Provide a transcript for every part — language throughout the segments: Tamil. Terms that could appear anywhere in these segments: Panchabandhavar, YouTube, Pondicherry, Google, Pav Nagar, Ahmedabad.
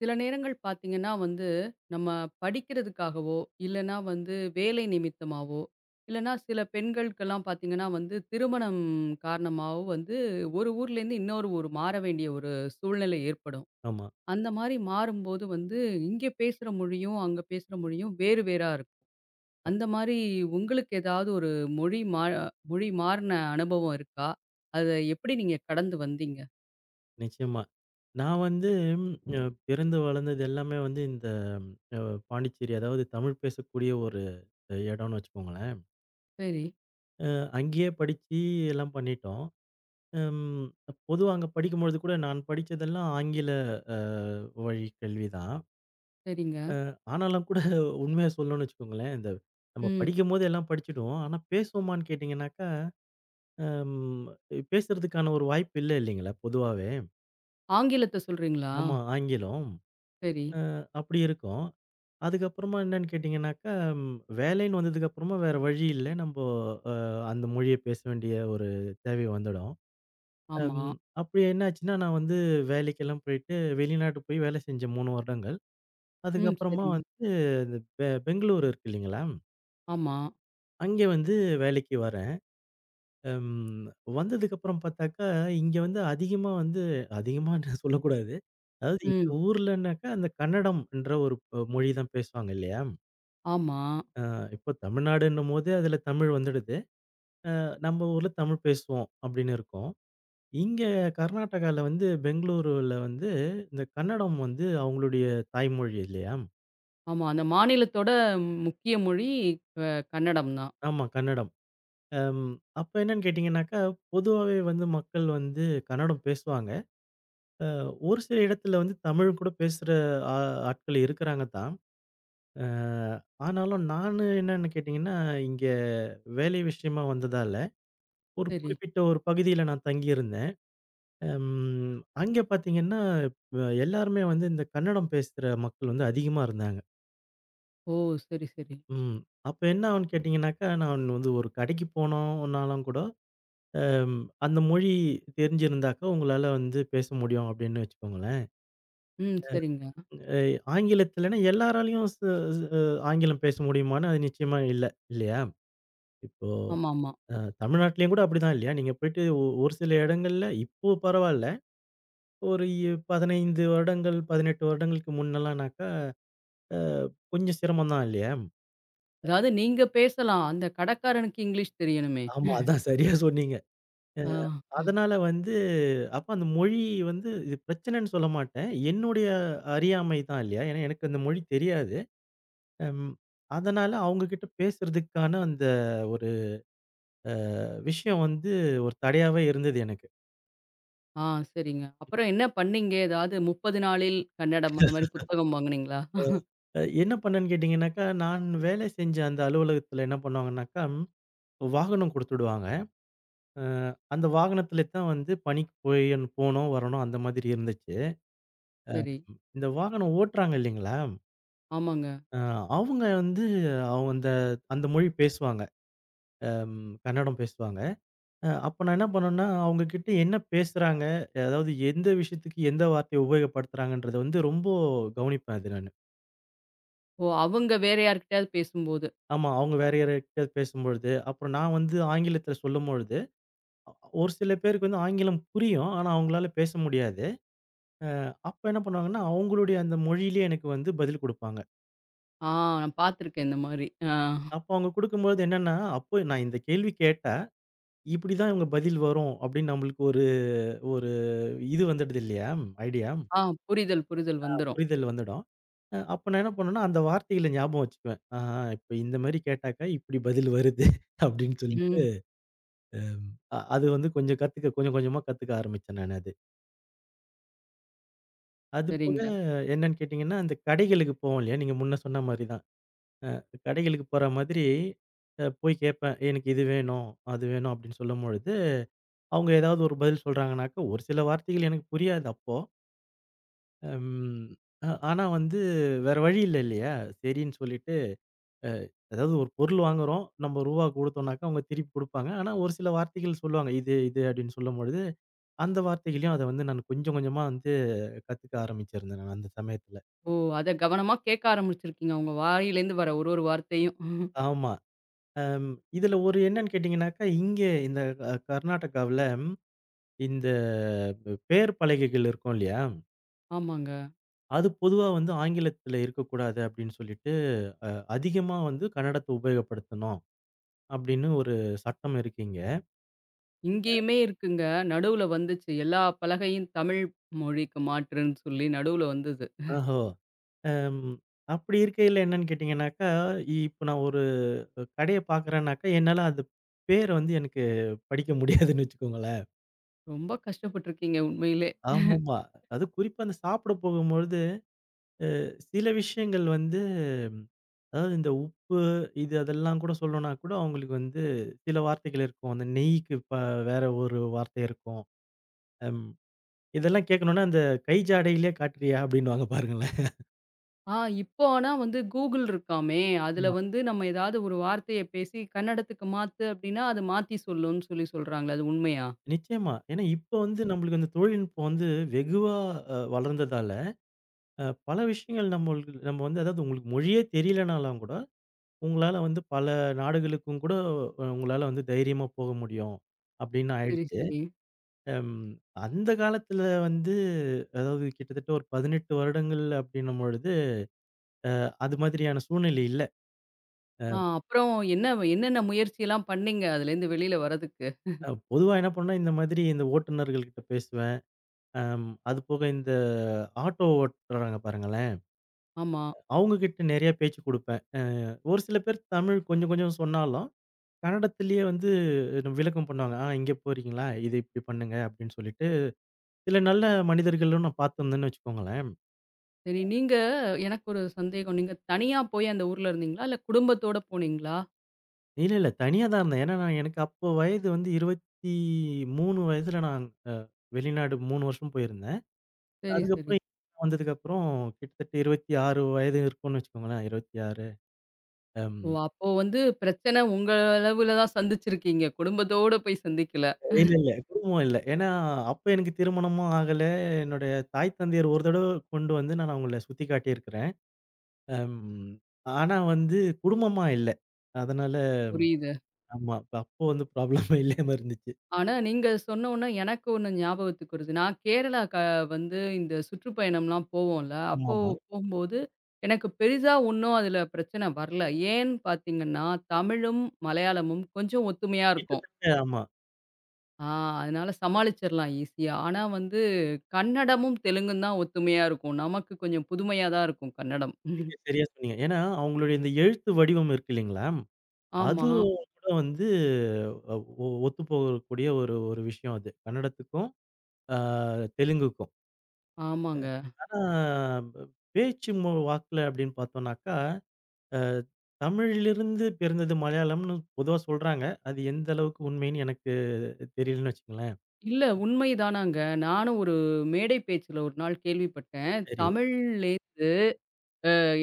சில நேரங்கள் பார்த்தீங்கன்னா வந்து, நம்ம படிக்கிறதுக்காகவோ, இல்லன்னா வந்து வேலை நிமித்தமாவோ, இல்லன்னா சில பெண்களுக்கெல்லாம் பார்த்தீங்கன்னா வந்து திருமணம் காரணமாவோ வந்து ஒரு ஊர்லேருந்து இன்னொரு ஊர் மாற வேண்டிய ஒரு சூழ்நிலை ஏற்படும். ஆமா. அந்த மாரி மாறும்போது வந்து இங்க பேசுற மொழியும், அங்க பேசுற மொழியும் வேறு வேறா இருக்கும். அந்த மாரி உங்களுக்கு ஏதாவது ஒரு மொழி மா மொழி மாறுன அனுபவம் இருக்கா? அத எப்படி நீங்க கடந்து வந்தீங்க? நிச்சயமா. நான் வந்து அ பிறந்து வளர்ந்தது எல்லாமே வந்து இந்த அ பாண்டிச்சேரி, அதாவது தமிழ் பேசக்கூடிய ஒரு இடம்னு வச்சுக்கோங்களேன். சரி, அங்கேயே படிச்சு எல்லாம் பண்ணிட்டோம். ம் பொதுவா அங்க படிக்கும்பொழுது கூட நான் படிச்சதெல்லாம் ஆங்கில அ வழி கல்வி தான். சரிங்க. ஆனாலும் கூட உண்மைய சொல்லணும்னு வச்சுக்கோங்களேன், இந்த நம்ம ம். படிக்கும்போது எல்லாம் படிச்சுடுவோம். ஆனா பேசுவோமான்னு கேட்டீங்கன்னாக்கா, அம் பேசுறதுக்கான ஒரு வாய்ப்பு இல்ல இல்லைங்களா பொதுவாவே. ஆங்கிலத்த சொல்றீங்களா? ஆமா ஆங்கிலம். சரி. அப்படி இருக்கும். அதுக்கப்புறமா என்னன்னு கேட்டீங்கன்னாக்கா, வேலைன்னு வந்ததுக்கப்புறமா வேற வழி இல்ல. நம்போ அ அந்த மொழிய பேச வேண்டிய ஒரு தேவை வந்துடும். ஆமா. அம் அப்படி என்னாச்சுன்னா, நான் வந்து வேலைக்கெல்லாம் போயிட்டு வெளிநாட்டு போய் வேலை செஞ்சேன் 3 வருடங்கள். ம். அதுக்கப்புறமா சரிங்க. வந்து இந்த பெங்களூர் இருக்கு இல்லைங்களா? ஆமா. அங்கே வந்து வேலைக்கு வரேன். அம் வந்ததுக்கப்புறம் பார்த்தாக்கா, இங்க வந்து அதிகமா வந்து அதிகமான்னு சொல்லக்கூடாது. அதாவது இந்த ம். ஊர்லன்னாக்கா, அந்த கன்னடம்ன்ற ஒரு மொழி தான் பேசுவாங்க இல்லையா? ஆமா, இப்போ தமிழ்நாடுன்னும்போது அதுல தமிழ் வந்துடுது. நம்ம ஊர்ல தமிழ் பேசுவோம் அப்படின்னு இருக்கும். இங்க கர்நாடகால வந்து பெங்களூருல வந்து இந்த கன்னடம் வந்து அவங்களுடைய தாய்மொழி இல்லையா? ஆமா. அந்த மாநிலத்தோட முக்கிய மொழி அ கன்னடம் தான். ஆமா கன்னடம். அம் அப்ப என்னன்னு கேட்டீங்கன்னாக்கா, பொதுவாவே வந்து மக்கள் வந்து கன்னடம் பேசுவாங்க. அ ஒரு சில இடத்துல வந்து தமிழ் கூட பேசுற ஆ ஆட்கள் இருக்கிறாங்க தான். அ ஆனாலும் நானு என்னன்னு கேட்டீங்கன்னா, இங்க வேலை விஷயமா வந்ததால ஒரு சரி. குறிப்பிட்ட ஒரு பகுதியில நான் தங்கியிருந்தேன். ம். அங்கே பார்த்தீங்கன்னா, எல்லாருமே வந்து இந்த கன்னடம் பேசுற மக்கள் வந்து அதிகமா இருந்தாங்க. ஓ! சரி, சரி. ம். அப்ப என்ன ஆகும்னு கேட்டீங்கன்னாக்கா, நான் வந்து ஒரு கடைக்கு போனோம்னாலும் கூட, ம் அந்த மொழி தெரிஞ்சிருந்தாக்கா உங்களால வந்து பேச முடியும் அப்படின்னு வச்சுக்கோங்களேன். ம். சரிங்க. அ ஆங்கிலத்திலனா எல்லாராலயும் ச ச ஆங்கிலம் பேச முடியுமான்னா, அது நிச்சயமா இல்ல, இல்லையா? இப்போ ஆமாமா. அ தமிழ்நாட்டிலயும் கூட அப்படிதான் இல்லையா? நீங்க போயிட்டு ஒரு சில இடங்கள்ல இப்போ பரவால்ல. ஒரு 15 வருடங்கள், 18 வருடங்களுக்கு முன்னலாம்னாக்கா கொஞ்சம் சிரமம் தான் இல்லையா? அதாவது நீங்க பேசலாம். அந்த கடைக்காரனுக்கு இங்கிலீஷ் தெரியணுமே! ஆமா. அதான் சரியா சொன்னீங்க. அ ஆ, ம். அதனால வந்து அப்ப அந்த மொழி வந்து இது பிரச்சனைன்னு சொல்ல மாட்டேன். என்னுடைய அறியாமை தான் இல்லையா? ஏன்னா எனக்கு அந்த மொழி தெரியாது. அம் அதனால அவங்க கிட்ட பேசுறதுக்கான அந்த ஒரு விஷயம் வந்து ஒரு தடையாவே இருந்தது எனக்கு. ஆ, சரிங்க. அப்புறம் என்ன பண்ணீங்க? ஏதாவது 30 நாளில் கன்னடம் அந்த மாரி புத்தகம் வாங்குனீங்களா? என்ன பண்ணேன்னு கேட்டீங்கன்னாக்கா, நான் வேலை செஞ்ச அந்த அலுவலகத்தில என்ன பண்ணுவாங்கன்னாக்கா, வாகனம் குடுத்துடுவாங்க. அ அந்த வாகனத்தில தான் வந்து பணிக்கு போய் போணும், வரணும் அந்த மாதிரி இருந்துச்சு. சரி. இந்த வாகனம் ஓட்டுறாங்க இல்லைங்களா? ஆமாங்க. அ அவங்க வந்து அவங்க அந்த அந்த மொழி பேசுவாங்க. அம் கன்னடம் பேசுவாங்க. அப்ப நான் என்ன பண்ணேன்னா, அவங்க கிட்ட என்ன பேசுறாங்க? அதாவது எந்த விஷயத்துக்கு எந்த வார்த்தைய உபயோகப்படுத்துறாங்கன்றத வந்து ரொம்ப கவனிப்பேன் அது நானு. ஓ! அவங்க வேற யார்கிட்டயாவது பேசும்போது. ஆமா, அவங்க வேற யார்கிட்டயாவது பேசும்பொழுது, அப்புறம் நான் வந்து ஆங்கிலத்தில சொல்லும்பொழுது, அ ஒரு சில பேருக்கு வந்து ஆங்கிலம் புரியும். ஆனா, அவங்களால பேச முடியாது. அ அப்ப என்ன பண்ணுவாங்கன்னா, அவங்களுடைய அந்த மொழியிலேயே எனக்கு வந்து பதில் குடுப்பாங்க. ஆ நான் பார்த்துருக்கேன் இந்த மாரி. ஆ, அப்ப அவங்க குடுக்கும்பொழுது என்னன்னா, அப்போ நான் இந்த கேள்வி கேட்டா, இப்படிதான் இவங்க பதில் வரும் அப்படின்னு நம்மளுக்கு ஒரு ஒரு இது வந்துடுது இல்லையா? ஐடியா. ஆ புரிதல், புரிதல் வந்துரும். புரிதல் வந்துடும். அப்ப நான் என்ன பண்ணுவேன்னா, அந்த வார்த்தைகள ஞாபகம் வச்சுக்குவேன். ஆஹா! இப்ப இந்த மாரி கேட்டாக்கா, இப்படி பதில் வருது அப்படின்னு சொல்லிட்டு, ம். அது வந்து கொஞ்சம் கத்துக்க கொஞ்சம் கொஞ்சமா கத்துக்க ஆரம்பிச்சேன் நானு அது. அது போக சரிங்க. என்னன்னு கேட்டீங்கன்னா, அந்த கடைகளுக்கு போவோம் இல்லையா? நீங்க முன்ன சொன்ன மாரி தான். கடைகளுக்கு போற மாதிரி போய் கேட்பேன். எனக்கு இது வேணும், அது வேணும் அப்படின்னு சொல்லும்பொழுது, அவங்க ஏதாவது ஒரு பதில் சொல்றாங்கனாக்கா, ஒரு சில வார்த்தைகள் எனக்கு புரியாது அப்போ. ம். ஆனா வந்து வேற வழி இல்ல இல்லையா? சரின்னு சொல்லிட்டு, அ அதாவது ஒரு பொருள் வாங்குறோம். நம்ம ரூவா குடுத்தோம்னாக்கா, அவங்க திருப்பி குடுப்பாங்க. ஆனா ஒரு சில வார்த்தைகள் சொல்லுவாங்க. இது, இது அப்படின்னு சொல்லும்பொழுது, அந்த வார்த்தைகளையும் அத வந்து நான் கொஞ்சம் கொஞ்சமா வந்து கத்துக்க ஆரம்பிச்சிருந்தேன் நான் அந்த சமயத்துல. ஓ! அத கவனமா கேட்க ஆரம்பிச்சிருக்கீங்க. உங்க வாயிலேருந்து வர ஒரு ஒரு வார்த்தையும். ஆமா. அம் இதுல ஒரு என்னன்னு கேட்டீங்கன்னாக்கா, இங்க இந்த கர்நாடகாவுல இந்த பெயர் பலகைகள் இருக்கும் இல்லையா? ஆமாங்க. அது பொதுவா வந்து ஆங்கிலத்துல இருக்கக்கூடாது அப்படின்னு சொல்லிட்டு, அதிகமா வந்து கன்னடத்த உபயோகப்படுத்தணும். அப்படின்னு ஒரு சட்டம் இருக்கு இங்க. இங்கேயுமே இருக்குங்க. நடுவுல வந்துச்சு. எல்லா பலகையும் தமிழ் மொழிக்கு மாற்றுன்னு சொல்லி நடுவுல வந்தது. ஓஹோ! அம் அப்படி இருக்கையில என்னன்னு கேட்டீங்கன்னாக்கா, இப்ப நான் ஒரு கடைய பார்க்குறேன்னாக்கா, என்னால அது பேர வந்து எனக்கு படிக்க முடியாதுன்னு வச்சுக்கோங்களேன். ரொம்ப கஷ்டப்பட்டுருக்கீங்க உண்மையிலே. ஆமாமா. அதுவும் குறிப்பா அந்த சாப்பிட போகும்பொழுது, சில விஷயங்கள் வந்து ம், அதாவது இந்த உப்பு, இது அதெல்லாம் கூட சொல்லணும்னா கூட அவங்களுக்கு வந்து சில வார்த்தைகள் இருக்கும். அந்த நெய்க்கு வேற ஒரு வார்த்தை இருக்கும். அம் இதெல்லாம் கேட்கணும்னா, "அந்த கை ஜாடையிலே காட்டுறியா?" அப்படின்னுவாங்க பாருங்களேன். ஆ இப்போ ஆனா வந்து Google இருக்காமே, அதுல வந்து நம்ம ஏதாவது ஒரு வார்த்தைய பேசி கன்னடத்துக்கு மாத்து அப்டின்னா, அது மாத்தி சொல்லும்ன்னு சொல்லி சொல்றாங்களே அது உண்மையா? நிச்சயமா. ஏன்னா இப்ப வந்து ம். நம்மளுக்கு அந்த தொழில்நுட்பம் வந்து வெகுவா வளர்ந்ததால, பல விஷயங்கள் நம்மளுக்கு நம்ம வந்து அதாவது உங்களுக்கு மொழியே தெரியலனாலும் கூட, உங்களால வந்து பல நாடுகளுக்கும் கூட உங்களால வந்து தைரியமா போக முடியும் அப்படின்னு சரி, ஆயிடுச்சு. சரி. அம் அந்த காலத்துல வந்து அதாவது கிட்டத்தட்ட ஒரு 18 வருடங்கள் அப்படின்னும் பொழுது, அது மாதிரியான சூழ்நிலை இல்ல. ஆ அ அப்புறம் என்ன என்னென்ன முயற்சிலாம் பண்ணீங்க அதுலேருந்து வெளில வரதுக்கு? அ பொதுவா என்ன பண்ணேன், இந்த மாதிரி இந்த ஓட்டுநர்கள் கிட்ட பேசுவேன். அது போக இந்த ஆட்டோ ஓட்டுறாங்க பாருங்களேன். ஆமா. அவங்க கிட்ட நெறைய பேச்சு குடுப்பேன். ஒரு சில பேர் தமிழ் கொஞ்சம் கொஞ்சம் சொன்னாலும், கன்னடத்திலேயே வந்து நம்ம விளக்கம் பண்ணுவாங்க. "ஆ இங்க போறீங்களா? இது இப்டி பண்ணுங்க" அப்டின்னு சொல்லிட்டு, சில நல்ல மனிதர்களும் நான் பார்த்துருந்தேன்னு வச்சுக்கோங்களேன். சரி. நீங்க எனக்கு ஒரு சந்தேகம். நீங்க தனியா போய் அந்த ஊர்ல இருந்தீங்களா? இல்ல குடும்பத்தோட போனீங்களா? இல்ல, இல்ல தனியா தான் இருந்தேன். ஏன்னா, நான் எனக்கு அப்போ வயது வந்து 23 வயசுல நான் அ வெளிநாடு 3 வருஷம் போயிருந்தேன். சரி, சரி. அதுக்கப்புறம் வந்ததுக்கப்புறம் கிட்டத்தட்ட 26 வயது இருக்கும்னு வச்சுக்கோங்களேன். 26 அம். ஓ! அப்போ வந்து பிரச்சனை உங்க அளவுல தான் சந்திச்சிருக்கீங்க. குடும்பத்தோட போய் சந்திக்கல. இல்ல, இல்ல. குடும்பம் இல்ல. ஏன்னா, அப்ப எனக்கு திருமணமும் ஆகல. என்னுடைய தாய், தந்தையர் ஒரு தடவ கொண்டு வந்து நான் அவங்கள சுத்தி காட்டியிருக்கிறேன். அம் ஆனா வந்து குடும்பமா இல்ல. அதனால புரியுது. ஆமா. அப்ப அப்போ வந்து ப்ராப்ளமே இல்லாம இருந்துச்சு. ஆனா நீங்க சொன்னோனே எனக்கு ஒண்ணு ஞாபகத்துக்கு வருது. நான் கேரளா வந்து இந்த சுற்றுப்பயணம்லாம் போவோம்ல. அப்போ ஆமாமா. போம்போது எனக்கு பெரிசா ஒண்ணும் அதுல பிரச்சனை வரல. ஏன்னு பார்த்தீங்கன்னா, தமிழும், மலையாளமும் கொஞ்சம் ஒத்துமையா இருக்கும். கிட்டத்தட்ட ஆமா. ஆ அதனால சமாளிச்சிரலாம் ஈஸியா. ஆனா வந்து கன்னடமும், தெலுங்கும் தான் ஒத்துமையா இருக்கும். நமக்கு கொஞ்சம் புதுமையா தான் இருக்கும் கன்னடம். மிக சரியா சொன்னீங்க. ஏன்னா, அவங்களுடைய இந்த எழுத்து வடிவம் இருக்கு இல்லைங்களா? ஆமா. அதுவும் கூட வந்து அ ஒத்துப்போகக்கூடிய ஒரு ஒரு விஷயம் அது. கன்னடத்துக்கும், அ தெலுங்குக்கும். ஆமாங்க. ஆனா, ப- பேச்சு வாக்குல அப்படின்னு பார்த்தோம்னாக்கா அ தமிழிலிருந்து பிறந்தது மலையாளம்னு பொதுவா சொல்றாங்க. அது எந்த அளவுக்கு உண்மைன்னு எனக்கு தெரியலன்னு வச்சுக்கங்களேன். இல்ல உண்மைதானாங்க. நானும் ஒரு மேடை பேச்சுல ஒரு நாள் கேள்விப்பட்டேன். சரி. தமிழ்லேருந்து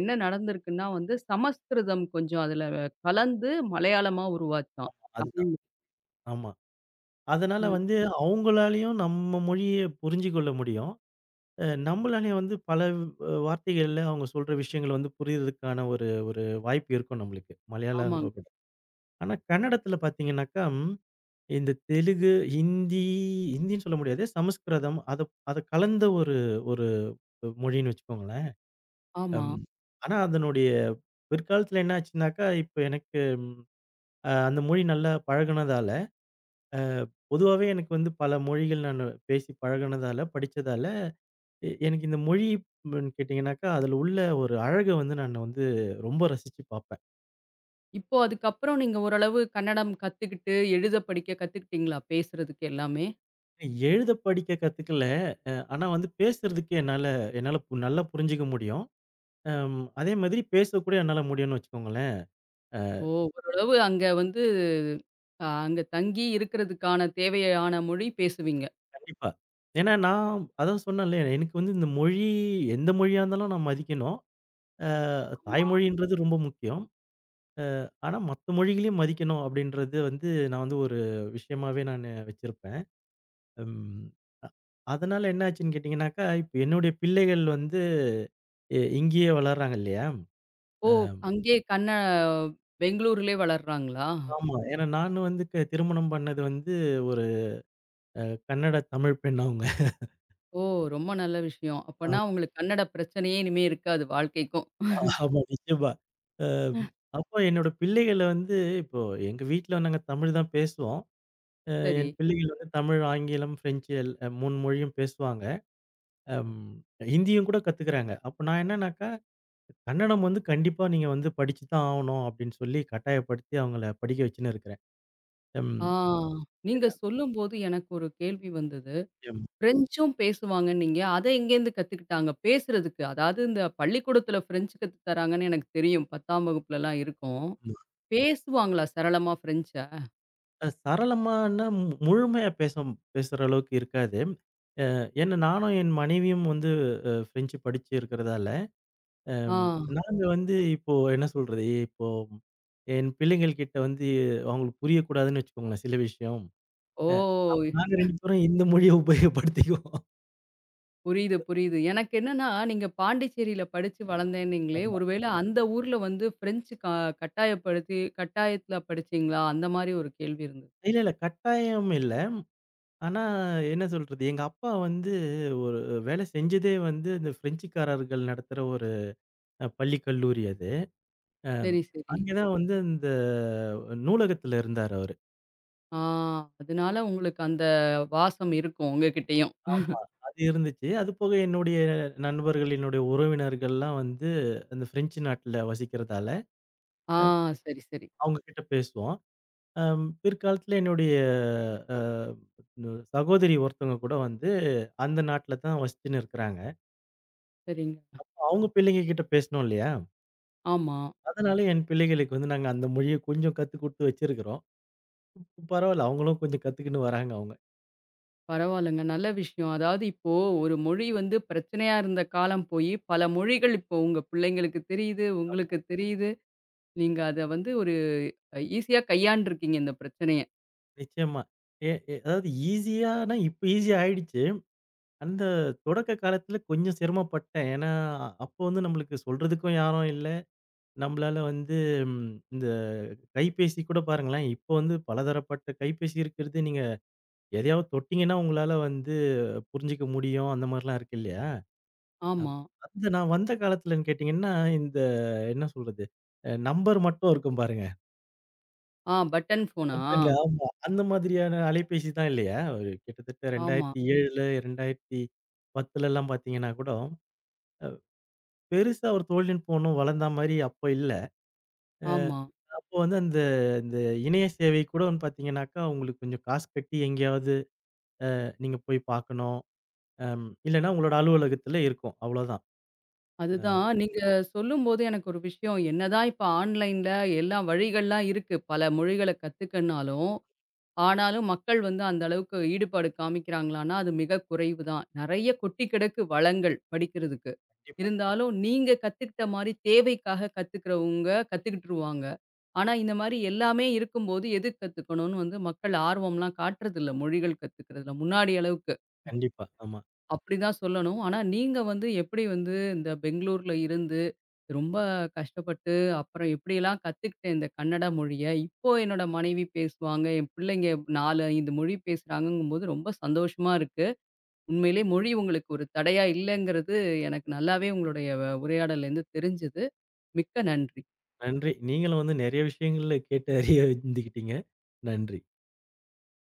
என்ன நடந்திருக்குன்னா வந்து சமஸ்கிருதம் கொஞ்சம் அதுல கலந்து மலையாளமா உருவாச்சாம். அதுதான். தமிழ் ஆமா. அதனால ம். வந்து அவங்களாலயும் நம்ம மொழிய புரிஞ்சு கொள்ள முடியும். நம்மளாலயும் வந்து பல வார்த்தைகள்ல அவங்க சொல்ற விஷயங்கள் வந்து புரியறதுக்கான ஒரு ஒரு வாய்ப்பு இருக்கும் நம்மளுக்கு. மலையாளங்கள ஆமாங்க. விட. ஆனா கன்னடத்துல பார்த்தீங்கன்னாக்கா, இந்த தெலுங்கு, ஹிந்தி ஹிந்தின்னு சொல்ல முடியாது. சமஸ்கிருதம் அத அத கலந்த ஒரு ஒரு மொழின்னு வச்சுக்கோங்களேன். ஆமா. அம். ஆனா அதனுடைய பிற்காலத்துல என்ன ஆச்சுன்னாக்கா, இப்ப எனக்கு அந்த மொழி நல்லா பழகுனதால, அ பொதுவாவே எனக்கு வந்து பல மொழிகள் நானு பேசி பழகுனதால, படிச்சதால, எனக்கு இந்த மொழி கேட்டீங்கன்னாக்கா, அதுல உள்ள ஒரு அழக வந்து நான் வந்து ரொம்ப ரசிச்சு பார்ப்பேன். இப்போ அதுக்கப்புறம் நீங்க ஓரளவு கன்னடம் கத்துக்கிட்டு, எழுத படிக்க கத்துக்கிட்டீங்களா? பேசுறதுக்கு எல்லாமே? எழுத படிக்க கத்துக்கல. ஆனா வந்து பேசுறதுக்கு என்னால என்னால நல்லா புரிஞ்சுக்க முடியும். அதே மாதிரி பேச கூட என்னால முடியும்னு வச்சுக்கோங்களேன். ஓ! ஓரளவு அங்க வந்து அ அங்க தங்கி இருக்கிறதுக்கான தேவையான மொழி பேசுவீங்க? கண்டிப்பா. ஏன்னா நான் அதான் சொன்னேன்ல, எனக்கு வந்து இந்த மொழி எந்த மொழியா இருந்தாலும் நான் மதிக்கணும். அ ஆமா. தாய்மொழின்றது ரொம்ப முக்கியம். ஆனா மத்த மொழிகளையும் மதிக்கணும் அப்படின்றது வந்து நான் வந்து ஒரு விஷயமாவே நானு வச்சிருப்பேன். ம் அதனால என்ன ஆச்சுன்னு கேட்டீங்கன்னாக்கா, இப்ப என்னுடைய பிள்ளைகள் வந்து இங்கேயே வளர்றாங்க இல்லையா? ஓ! அ அங்கேயே பெங்களூர்லயே வளர்றாங்களா? ஆமா. ஏன்னா நான் வந்து திருமணம் பண்ணது வந்து ஒரு அ கன்னட தமிழ் பெண் அவங்க. ஓ! ரொம்ப நல்ல விஷயம். அப்பன்னா உங்களுக்கு கன்னட பிரச்சனையே இனிமே இருக்காது வாழ்க்கைக்கும். ஆமா, நிச்சயமா. அ அப்போ என்னோட பிள்ளைகள வந்து இப்போ எங்க வீட்ல நாங்க தமிழ் தான் பேசுவோம். அ சரி. என் பிள்ளைகள் வந்து தமிழ், ஆங்கிலம், ஃப்ரெஞ்சு 3 மொழியும் பேசுவாங்க. அம் ஹிந்தியும் கூட கத்துக்கிறாங்க. அப்ப நான் என்னன்னாக்கா, கன்னடம் வந்து கண்டிப்பா நீங்க வந்து படிச்சு தான் ஆவணும் அப்படின்னு சொல்லி கட்டாயப்படுத்தி அவங்கள படிக்க வச்சுன்னு இருக்கிறேன். ம் ஆ நீங்க ஏன்னா சொல்லும்போது எனக்கு ஒரு கேள்வி வந்தது. எம் பிரெஞ்சும் பேசுவாங்கன்னீங்க. அத எங்கேருந்து கத்துக்கிட்டாங்க? பேசுறதுக்கு, அதாவது இந்த பள்ளிக்கூடத்துல பிரெஞ்சு கத்து தராங்கன்னு எனக்கு தெரியும். 10ஆம் வகுப்புலலாம் இருக்கும். பேசுவாங்களா சரளமா பிரெஞ்ச? அ சரளமானா முழுமையா பேச பேசுற அளவுக்கு இருக்காது. ஏன்னா நானும் என் மனைவியும் வந்து ஃப்ரெஞ்சு படிச்சு இருக்கிறதால ஆ. அம், நாங்க வந்து இப்போ என்ன சொல்றது, இப்போ என் பிள்ளைங்கள் கிட்ட வந்து அவங்களுக்கு புரியக்கூடாதுன்னு வச்சுக்கோங்களேன் சில விஷயம். ஓ! அ அப்ப நாங்க 2 பேரும் இந்த மொழிய உபயோகப்படுத்திக்குவோம். புரியுது, புரியுது. எனக்கு என்னன்னா, நீங்க பாண்டிச்சேரியில படிச்சு வளர்ந்தேன்னீங்களே, ஆமா. ஒருவேளை அந்த ஊர்ல வந்து ஃப்ரெஞ்சு க கட்டாயப்படுத்தி கட்டாயத்துல படிச்சீங்களா? அந்த மாரி ஒரு கேள்வி இருந்தது. இல்ல, இல்ல கட்டாயம் இல்ல. ஆனா என்ன சொல்றது, எங்க அப்பா வந்து ஒரு வேலை செஞ்சதே வந்து இந்த ஃப்ரெஞ்சுக்காரர்கள் நடத்துற ஒரு பள்ளி, கல்லூரி அது. அம், சரி, சரி. அங்க தான் வந்து இந்த நூலகத்துல இருந்தாரு அவரு. ஆ அதனால உங்களுக்கு அந்த வாசம் இருக்கும் உங்ககிட்டயும். ஆமா. அது இருந்துச்சு. அது போக என்னுடைய நண்பர்கள், என்னுடைய உறவினர்கள்லாம் வந்து அந்த பிரெஞ்சு நாட்டுல வசிக்கிறதால, ஆ அ சரி, சரி. அவங்க கிட்ட பேசுவோம். பிற்காலத்துல என்னுடைய அ நு சகோதரி ஒருத்தவங்க கூட வந்து அந்த நாட்டுல தான் வசிச்சுன்னு இருக்கிறாங்க. சரிங்க. அவங்க பிள்ளைங்க கிட்ட பேசணும் இல்லையா? ஆமா. அதனால என் பிள்ளைகளுக்கு வந்து நாங்க அந்த மொழிய கொஞ்சம் கத்து குடுத்து வச்சிருக்கிறோம். பரவால்ல அவங்களும் கொஞ்சம் கத்துக்கின்னு வராங்க அவங்க. பரவால்லங்க. நல்ல விஷயம். அதாவது இப்போ ஒரு மொழி வந்து பிரச்சனையா இருந்த காலம் போயி, பல மொழிகள் இப்போ உங்க பிள்ளைங்களுக்கு தெரியுது, உங்களுக்கு தெரியுது. நீங்க அத வந்து ஒரு ஈஸியா கையாண்டுருக்கீங்க இந்த பிரச்சனைய. நிச்சயமா. எ எ அதாவது ஈஸியானா இப்ப ஈஸியா ஆயிடுச்சு. அந்த தொடக்க காலத்துல கொஞ்சம் சிரமப்பட்டேன். ஏன்னா, அப்போ வந்து நம்மளுக்கு சொல்றதுக்கும் யாரும் இல்ல. நம்மளால வந்து ம் இந்த கைபேசி கூட பாருங்களேன், இப்போ வந்து பலதரப்பட்ட கைபேசி இருக்கிறது. நீங்க எதையாவது தொட்டீங்கன்னா, உங்களால வந்து புரிஞ்சுக்க முடியும். அந்த மாரிலாம் இருக்கு இல்லையா? அம் ஆமா. அந்த நான் வந்த காலத்துலன்னு கேட்டீங்கன்னா, இந்த என்ன சொல்றது? நம்பர் மட்டும் இருக்கும் பாருங்க. ஆ பட்டன் ஃபோனா? மட்டும் இல்ல. ஆமா. அந்த மாதிரியான அலைபேசி தான் இல்லையா? ஒரு கிட்டத்தட்ட ஆமா, 2007 2010லலாம் பாத்தீங்கன்னா கூட, பெருசா ஒரு தொழில்நுட்பம் ஒண்ணும் வளர்ந்தா மாரி அப்போ இல்ல. அ ஆமா. அப்போ வந்து அந்த இந்த இணைய சேவை கூட வந்து பார்த்தீங்கன்னாக்கா, உங்களுக்கு கொஞ்சம் காசு கட்டி எங்கேயாவது நீங்க போய் பார்க்கணும். இல்லன்னா உங்களோட அலுவலகத்துல இருக்கும். அவ்வளோதான். அதுதான் நீங்க சொல்லும்போது எனக்கு ஒரு விஷயம், என்னதான் இப்ப ஆன்லைன்ல எல்லா வழிகள்லாம் இருக்கு. பல மொழிகள கத்துக்கன்னாலும், ஆனாலும் மக்கள் வந்து அந்த அளவுக்கு ஈடுபாடு காமிக்கிறாங்களான்னா, அது மிக குறைவு தான். நெறைய கொட்டி கிடக்கு வளங்கள் படிக்கிறதுக்கு. கண்டிப்பா, இருந்தாலும் நீங்க கத்துக்கிட்ட மாரி தேவைக்காக கத்துக்கிறவங்க கத்துக்கிட்டுருவாங்க. ஆனா, இந்த மாரி எல்லாமே இருக்கும்போது எது கத்துக்கணும்னு வந்து மக்கள் ஆர்வம்லாம் காட்டுறதில்ல மொழிகள் கத்துக்கிறதுல முன்னாடி அளவுக்கு. கண்டிப்பா. ஆமா. அப்படிதான் சொல்லணும். ஆனா, நீங்க வந்து எப்படி வந்து இந்த பெங்களூர்ல இருந்து, ரொம்ப கஷ்டப்பட்டு, அப்புறம் எப்படியெல்லாம் கத்துக்கிட்டேன் இந்த கன்னட மொழிய. இப்போ என்னோட மனைவி பேசுவாங்க. என் பிள்ளைங்க 4, 5 மொழி பேசுறாங்கங்கும்போது ரொம்ப சந்தோஷமா இருக்கு. உண்மையிலே மொழி உங்களுக்கு ஒரு தடையா இல்லங்கிறது எனக்கு நல்லாவே உங்களுடைய உரையாடல்லேருந்து தெரிஞ்சது. மிக்க நன்றி. நன்றி. நீங்களும் வந்து நெறைய விஷயங்கள்ல கேட்டு அறிய இருந்துக்கிட்டீங்க. நன்றி.